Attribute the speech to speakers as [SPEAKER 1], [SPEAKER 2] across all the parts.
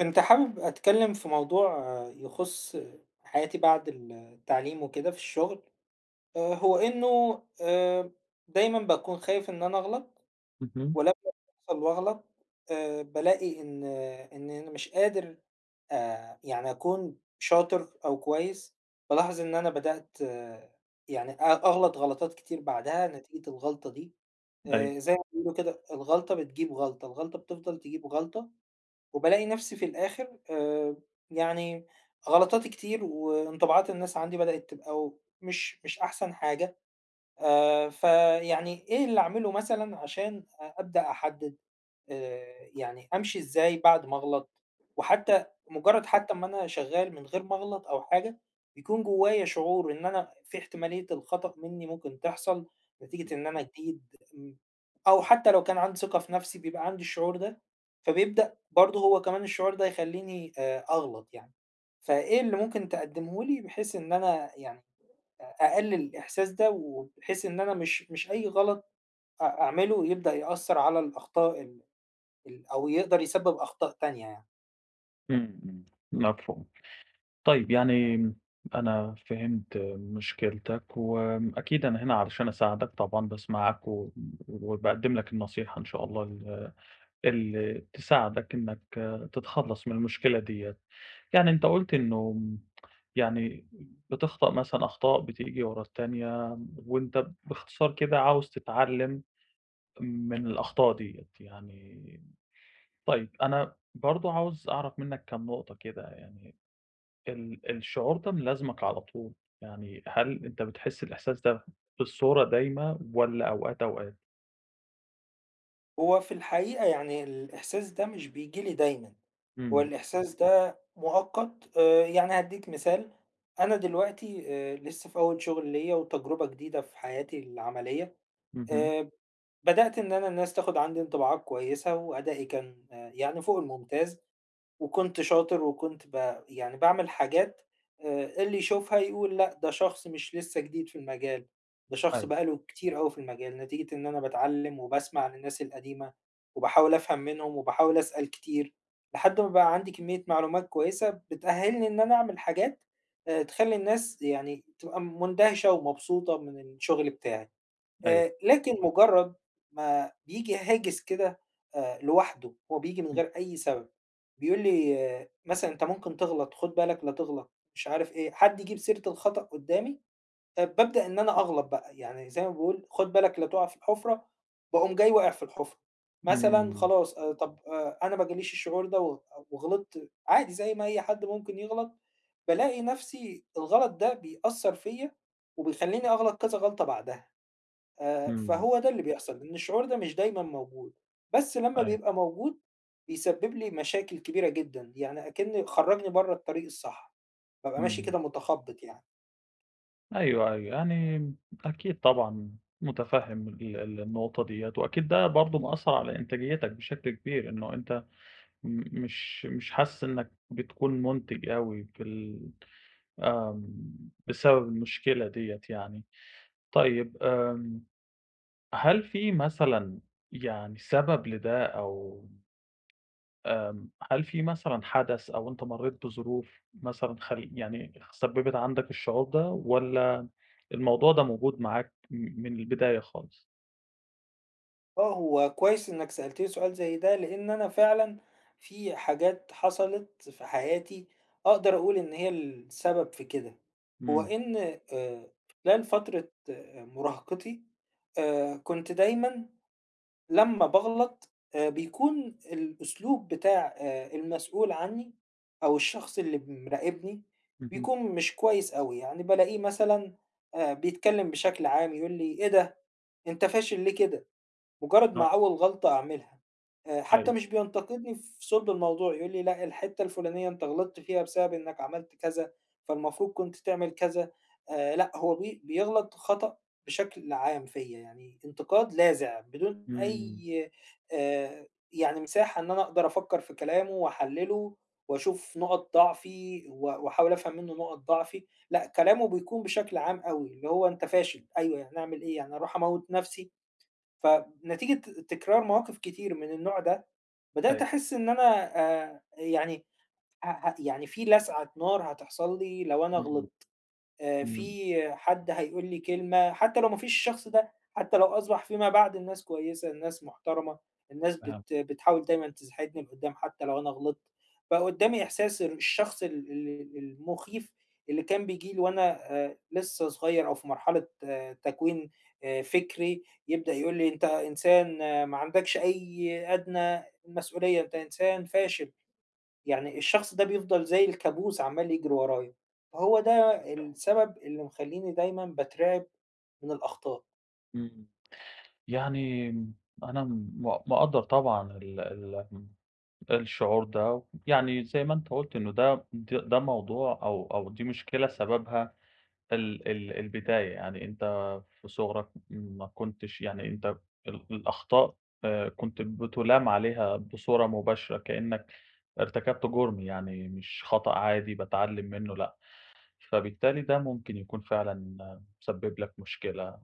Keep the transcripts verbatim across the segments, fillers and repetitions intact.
[SPEAKER 1] كنت حابب أتكلم في موضوع آه، يخص حياتي بعد التعليم وكده في الشغل. آه، هو إنه آه، دايما بكون خايف إن أنا أغلط،
[SPEAKER 2] اهم،
[SPEAKER 1] ولما بوصل وأغلط آه، بلاقي إن إن أنا مش قادر آه، يعني أكون شاطر أو كويس. بلاحظ إن أنا بدأت آه، يعني أ- أغلط غلطات كتير بعدها نتيجة الغلطة دي.
[SPEAKER 2] أيوه،
[SPEAKER 1] آه، زي ما بيقولوا كده الغلطة بتجيب غلطة، الغلطة بتفضل تجيب غلطة، وبالاقي نفسي في الآخر آآ يعني غلطاتي كتير، وانطباعات الناس عندي بدأت تبقى مش مش أحسن حاجة. آآ فيعني إيه اللي أعمله مثلًا عشان أ أبدأ أحدد؟ آآ يعني أمشي إزاي بعد ما أغلط، وحتى مجرّد حتى أمّا أنا شغّال من غير ما أغلط أو حاجة، بيكون جوّايا شعور إن أنا في احتمالية الخطأ منّي ممكن تحصل نتيجة إن أنا جديد. م أو حتى لو كان عندي ثقة في نَفْسي بيبقى عندي الشعور ده، فبيبدأ برضه هو كمان الشعور ده يخلّيني آآ أغلط يعني. فإيه اللي ممكن تقدّمه لي بحيث إن أنا يعني أ أقلّل الإحساس ده، وبحيث إن أنا مش مش أي غلط أ أعمله يبدأ يأثّر على الأخطاء ال ال أو يقدر يسبب أخطاء تانية يعني.
[SPEAKER 2] إمم، إمم، مفهوم. طيب، يعني أنا فهمت مشكلتك، وأكيد أنا هنا علشان أساعدك طبعًا، باسمعك و وباقدّم لك النصيحة إن شاء الله ال اللي تساعدك إنك تتخلّص من المشكلة ديّة. يعني أنت قُلت إنه يعني بتخطأ مثلًا أخطاء بتيجي ورا التانية، وأنت باختصار كده عاوز تتعلّم من الأخطاء ديّة. يعني طيب، أنا برضه عاوز أعرف منّك كام نقطة كده. يعني ال الشعور ده ملازمك على طول؟ يعني هل أنت بتحس الإحساس ده بصورة دايمة والّا أوقات، أوقات؟
[SPEAKER 1] هو في الحقيقة يعني الإحساس ده مش بييجي لي دايمًا، هو
[SPEAKER 2] إمم،
[SPEAKER 1] الإحساس ده مؤقت. آآ، يعني هادّيك مثال، أنا دلوقتي آآ، لسه في أول شغل ليّا وتجربة جديدة في حياتي العملية.
[SPEAKER 2] اهم،
[SPEAKER 1] آآ، بدأت إن أنا الناس تاخد عندي انطباعات كويسة وأدائي كان آه، يعني فوق الممتاز. وكنت شاطر وكنت ب يعني باعمل حاجات آآ اللي يشوفها يقول لأ، ده شخص مش لسه جديد في المجال، ده شخص
[SPEAKER 2] أيوه،
[SPEAKER 1] بقى له كتير أوي في المجال، نتيجة إن أنا باتعلّم وباسمع للناس القديمة، وباحاول أفهم منهم وباحاول أسأل كتير، لحد ما بقى عندي كمية معلومات كويسة بتأهّلني إن أنا أعمل حاجات آآ تخلّي الناس يعني تبقى مندهشة ومبسوطة من الشغل بتاعي.
[SPEAKER 2] أيوه،
[SPEAKER 1] آآ لكن مجرّد ما بييجي هاجس كده آآ لوحده، هو بييجي من
[SPEAKER 2] إمم،
[SPEAKER 1] غير أي سبب، بيقول لي آه، مثلًا أنت ممكن تغلط، خُد بالك لا تغلط، مش عارف إيه، حد يجيب سيرة الخطأ قدّامي، آآ بابدأ إن أنا أغلط بقى، يعني زي ما باقول خُد بالك لا تُقع في الحُفرة، باقوم جاي واقع في الحُفرة. مثلًا
[SPEAKER 2] إمم،
[SPEAKER 1] خلاص آآ طب آآ أنا ما جاليش الشعور ده، و وغلطت عادي زي ما أي حد ممكن يغلط، بالاقي نَفْسي الغلط ده بيأثّر فيّا وبيخلّيني أغلط كذا غلطة بعدها. آآ،
[SPEAKER 2] إمم،
[SPEAKER 1] فهو ده اللي بيحصل، إن الشعور ده مش دايمًا موجود، بس لمّا
[SPEAKER 2] أيوه،
[SPEAKER 1] بيبقى موجود بيسبب لي مشاكل كبيرة جدًا، يعني أكن خرّجني برّه الطريق الصح، بابقى ماشي
[SPEAKER 2] إمم،
[SPEAKER 1] كده متخبّط يعني.
[SPEAKER 2] أيوه، أيوه، يعني أكيد طبعًا مُتفهّم ال ال النقطة ديّة، وأكيد ده برضه مأثّر على إنتاجيتك بشكل كبير، إنه أنت م مش مش حاسس إنّك بتكون مُنتِج أوي في ال آمم، بسبب المشكلة ديّة يعني. طيب آمم، هل في مثلًا يعني سبب لده؟ أو هل في مثلًا حدث؟ أو أنت مرّيت بظروف مثلًا خل يعني سبّبت عندك الشعور ده، والّا الموضوع ده موجود معاك م من البداية خالص؟
[SPEAKER 1] آه، هو كويس إنك سألتني سؤال زي ده، لإن أنا فعلًا في حاجات حصلت في حياتي أقدر أقول إن هي السبب في كده. هو
[SPEAKER 2] إمم،
[SPEAKER 1] إن آآ، خلال فترة آه، مراهقتي، آآ، كنت دايمًا لمّا باغلط آآ بيكون الأسلوب بتاع آآ المسؤول عنّي أو الشخص اللي مراقبني
[SPEAKER 2] اهم،
[SPEAKER 1] بيكون مش كويس أوي، يعني بالاقيه مثلًا آآ بيتكلّم بشكل عام يقول لي: "إيه ده، أنت فاشل ليه كده؟" مجرد
[SPEAKER 2] آه،
[SPEAKER 1] مع أول غلطة أعملها، آآ حتى
[SPEAKER 2] أيوه،
[SPEAKER 1] مش بينتقدني في صلب الموضوع، يقول لي: "لأ، الحتة الفلانية أنت غلطت فيها بسبب إنك عملت كذا، فالمفروض كنت تعمل كذا." آآ لأ، هو بي بيغلط خطأ بشكل عام فيّا، يعني انتقاد لاذع بدون
[SPEAKER 2] إمم،
[SPEAKER 1] أي آآ يعني مساحة إن أنا أقدر أفكّر في كلامه وأحلّله وأشوف نُقط ضعفي و وأحاول أفهم منه نُقط ضعفي. لأ، كلامه بيكون بشكل عام أوي، اللي هو أنت فاشل، أيوه يعني أعمل إيه، يعني أروح أموّت نفسي؟ فنتيجة تكرار مواقف كتير من النوع ده، بدأت
[SPEAKER 2] أيوه،
[SPEAKER 1] أحس إن أنا آآ يعني ه ه يعني في لسعة نار هتحصل لي لو أنا
[SPEAKER 2] إمم،
[SPEAKER 1] غلطت. آآ
[SPEAKER 2] إمم،
[SPEAKER 1] في حد هيقول لي كلمة، حتى لو ما فيش الشخص ده، حتى لو أصبح فيما بعد الناس كويسة، الناس محترمة، الناس
[SPEAKER 2] فهمتك.
[SPEAKER 1] بت بتحاول دايمًا تساعدني لقدّام حتى لو أنا غلطت، بقى قدّامي إحساس ال الشخص ال ال المخيف اللي كان بييجي لي وأنا آآ لسه صغير أو في مرحلة آه، تكوين آآ فكري، يبدأ يقول لي: "أنت إنسان آه، ما عندكش أي أدنى مسؤولية، أنت إنسان فاشل." يعني الشخص ده بيفضل زي الكابوس عمّال يجري ورايا، فهو ده
[SPEAKER 2] آه،
[SPEAKER 1] السبب اللي مخلّيني دايمًا باترعب من الأخطاء.
[SPEAKER 2] إمم. يعني أنا م مقدّر طبعًا ال ال الشعور ده، يعني زي ما أنت قُلت إنه ده د ده موضوع، أو أو دي مشكلة سببها ال ال البداية، يعني أنت في صغرك ما كنتش، يعني أنت ال الأخطاء آآ كنت بتُلام عليها بصورة مباشرة، كإنّك ارتكبت جُرم، يعني مش خطأ عادي باتعلّم منّه، لأ. فبالتالي ده ممكن يكون فعلًا مسبب لك مشكلة.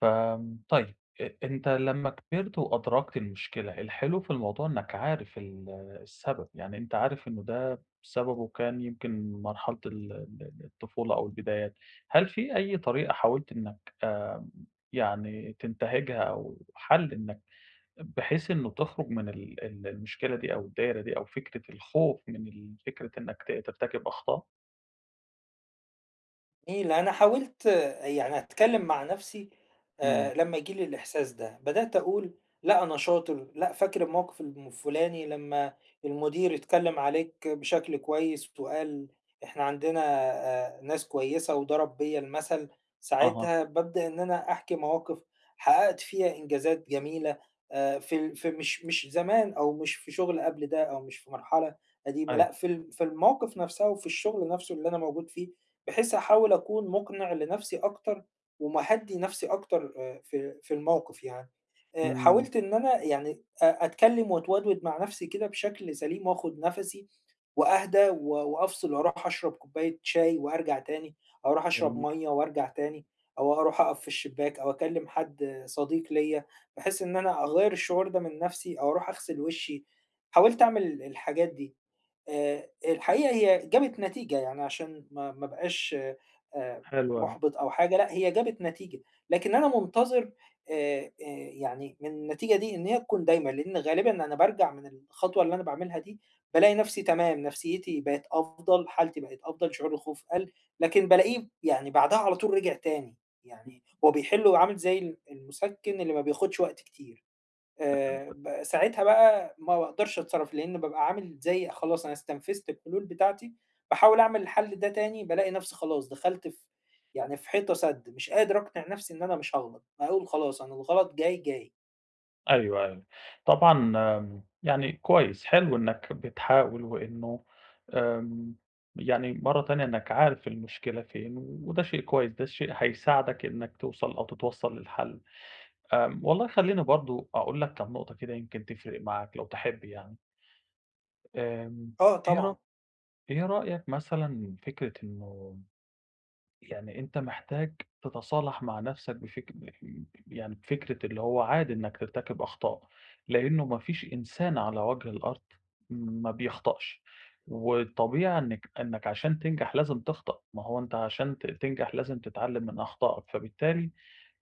[SPEAKER 2] فآمم طيب، أ أنت لمّا كبرت وأدركت المشكلة، الحلو في الموضوع إنك عارف ال السبب، يعني أنت عارف إنه ده سببه كان يمكن مرحلة ال ال الطفولة أو البدايات. هل في أي طريقة حاولت إنك آمم يعني تنتهجها، أو حل إنك بحيث إنه تخرج من ال ال المشكلة دي، أو الدايرة دي، أو فكرة الخوف من ال فكرة إنك ت ترتكب أخطاء؟
[SPEAKER 1] جميل، أنا حاولت آه، يعني أتكلّم مع نَفْسي
[SPEAKER 2] إمم،
[SPEAKER 1] آآ لمّا ييجي لي الإحساس ده، بدأت أقول لأ أنا شاطر، لأ فاكر الموقِف الفُلاني لمّا المدير اتكلّم عليك بشكل كويس وقال إحنا عندنا آآ ناس كويسة وضرب بيّا المثل.
[SPEAKER 2] أها،
[SPEAKER 1] ساعتها بابدأ إن أنا أحكي مواقِف حققت فيها إنجازات جميلة آآ في ال في مش مش زمان أو مش في شُغل قبل ده أو مش في مرحلة قديمة،
[SPEAKER 2] أيوه،
[SPEAKER 1] لأ في ال في المواقِف نَفْسها وفي الشُغل نَفْسه اللي أنا موجود فيه، بحيث أحاول أكون مُقنِع لنفسي أكتر، ومهدّي نفسي أكتر آآ في في الموقف يعني. آآ
[SPEAKER 2] إمم،
[SPEAKER 1] حاولت إن أنا يعني أ أتكلّم وأتودود مع نفسي كده بشكل سليم، وآخُد نَفَسي وأهدى و وأفصل وأروح أشرب كوباية شاي وأرجع تاني، أو أروح أشرب
[SPEAKER 2] جميل،
[SPEAKER 1] مَيّة وأرجع تاني، أو أروح أقف في الشباك، أو أكلّم حد صديق ليّا، بحيث إن أنا أغيّر الشعور ده من نفسي، أو أروح أغسل وشّي. حاولت أعمل الحاجات دي. آآ الحقيقة هي جابت نتيجة، يعني عشان ما ما ابقاش آآ
[SPEAKER 2] حلو أوي،
[SPEAKER 1] مُحبِط أو حاجة، لأ هي جابت نتيجة، لكن أنا منتظر آآ آآ يعني من النتيجة دي إن هي تكون دايمة، لإن غالبًا أنا بارجع من الخطوة اللي أنا باعملها دي، بالاقي نَفْسي تمام، نَفْسيتي بقت أفضل، حالتي بقت أفضل، شعور الخوف قَل، لكن بالاقيه يعني بعدها على طول رجع تاني، يعني هو بيحل وعامل زي ال المُسَكِّن اللي ما بياخدش وقت كتير. آآ
[SPEAKER 2] إمم.
[SPEAKER 1] ب ساعتها بقى ما باقدرش أتصرّف، لإن بابقى عامل زي خلاص أنا استنفذت الحلول بتاعتي، باحاول أعمل الحل ده تاني بالاقي نَفْسي خلاص دخلت في يعني في حيطة سَد، مش قادر أقنع نَفْسي إن أنا مش هاغلط، باقول خلاص أنا الغلط جاي، جاي.
[SPEAKER 2] أيوه، أيوه. طبعًا، آمم، يعني كويس، حلو إنّك بتحاول. وإنه آمم، يعني مرّة تانية إنّك عارف المشكلة فين، وده شيء كويس، ده شيء هيساعدك إنّك توصل أو تتوصّل للحل. آمم، والله خلّيني برضه أقول لك كام نقطة كده يمكن تفرق معاك لو تحب يعني. آمم،
[SPEAKER 1] آه
[SPEAKER 2] إيه ر
[SPEAKER 1] طبعًا.
[SPEAKER 2] إيه رأيك مثلًا فكرة إنه يعني أنت محتاج تتصالح مع نَفْسك بفك يعني بفكرة اللي هو عادي إنّك ترتكب أخطاء؟ لإنه ما فيش إنسان على وجه الأرض ما بيخطأش، والطبيعي إنِّك إنّك عشان تنجح لازم تخطأ، ما هو أنت عشان ت تنجح لازم تتعلّم من أخطائك. فبالتالي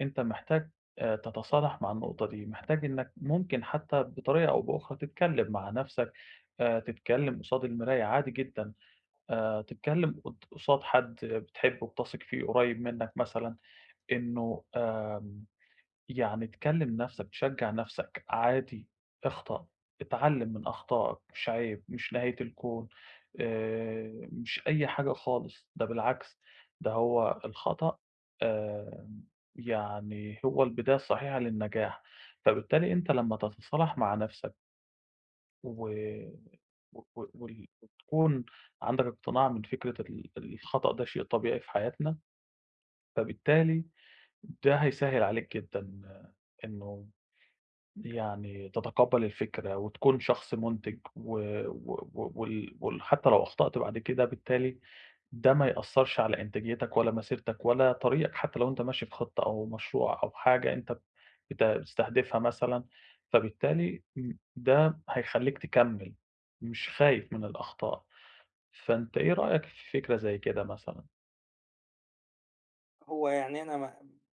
[SPEAKER 2] أنت محتاج آآ تتصالح مع النقطة دي، محتاج إنّك ممكن حتّى بطريقة أو بأخرى تتكلّم مع نَفْسك. آآ تتكلّم قصاد المراية عادي جدًا. آآ تتكلّم قد قصاد حد بتحبّه بتثق فيه قريّب منّك مثلًا، إنه آمم يعني تكلّم نَفْسك، تشجّع نَفْسك، عادي اخطأ، اتعلّم من أخطائك، مش عيب، مش نهاية الكون، آآ مش أي حاجة خالص. ده بالعكس، ده هو الخطأ، آمم يعني هو البداية الصحيحة للنجاح. فبالتالي أنت لمّا تتصالح مع نَفْسك و و و وال وتكون عندك اقتناع من فكرة ال الخطأ ده شيء طبيعي في حياتنا. فبالتالي ده هيسهّل عليك جدًا، آه، إنه يعني تتقبّل الفكرة وتكون شخص منتِج و و و وال وال حتى لو أخطأت بعد كده بالتالي ده ما يأثّرش على إنتاجيتك ولا مسيرتك ولا طريقك، حتى لو أنت ماشي في خطة أو مشروع أو حاجة أنت بت بتستهدفها مثلًا. فبالتالي م ده هيخلّيك تكمّل، مش خايف من الأخطاء. فأنت إيه رأيك في فكرة زي كده مثلًا؟
[SPEAKER 1] هو يعني أنا م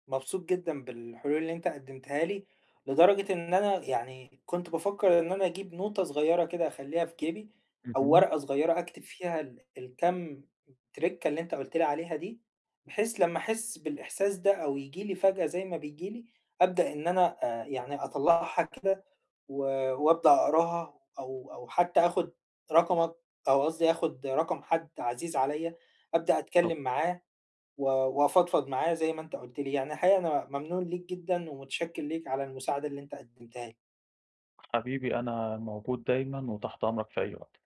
[SPEAKER 1] مبسوط جدًا بالحلول اللي أنت قدّمتها لي، لدرجة إن أنا يعني كنت بافكّر إن أنا أجيب نوتة صغيّرة كده أخلّيها في جيبي، أو
[SPEAKER 2] اهم.
[SPEAKER 1] ورقة صغيّرة أكتب فيها ال الكام ترِكّة اللي أنت قُلت لي عليها دي، بحيث لمّا أحس بالإحساس ده أو ييجي لي فجأة زي ما بييجي لي، أبدأ إن أنا آآ يعني أطلّعها كده و وأبدأ أقراها أو أو حتى آخُد رقمك، أو قصدي آخُد رقم حد عزيز عليّا، أبدأ
[SPEAKER 2] طب
[SPEAKER 1] أتكلّم معاه و وأفضفض معاه زي ما أنت قُلت لي. يعني الحقيقة أنا ممنون ليك جدًا ومتشكّر ليك على المساعدة اللي أنت قدّمتها لي.
[SPEAKER 2] حبيبي، أنا موجود دايمًا وتحت أمرك في أي وقت.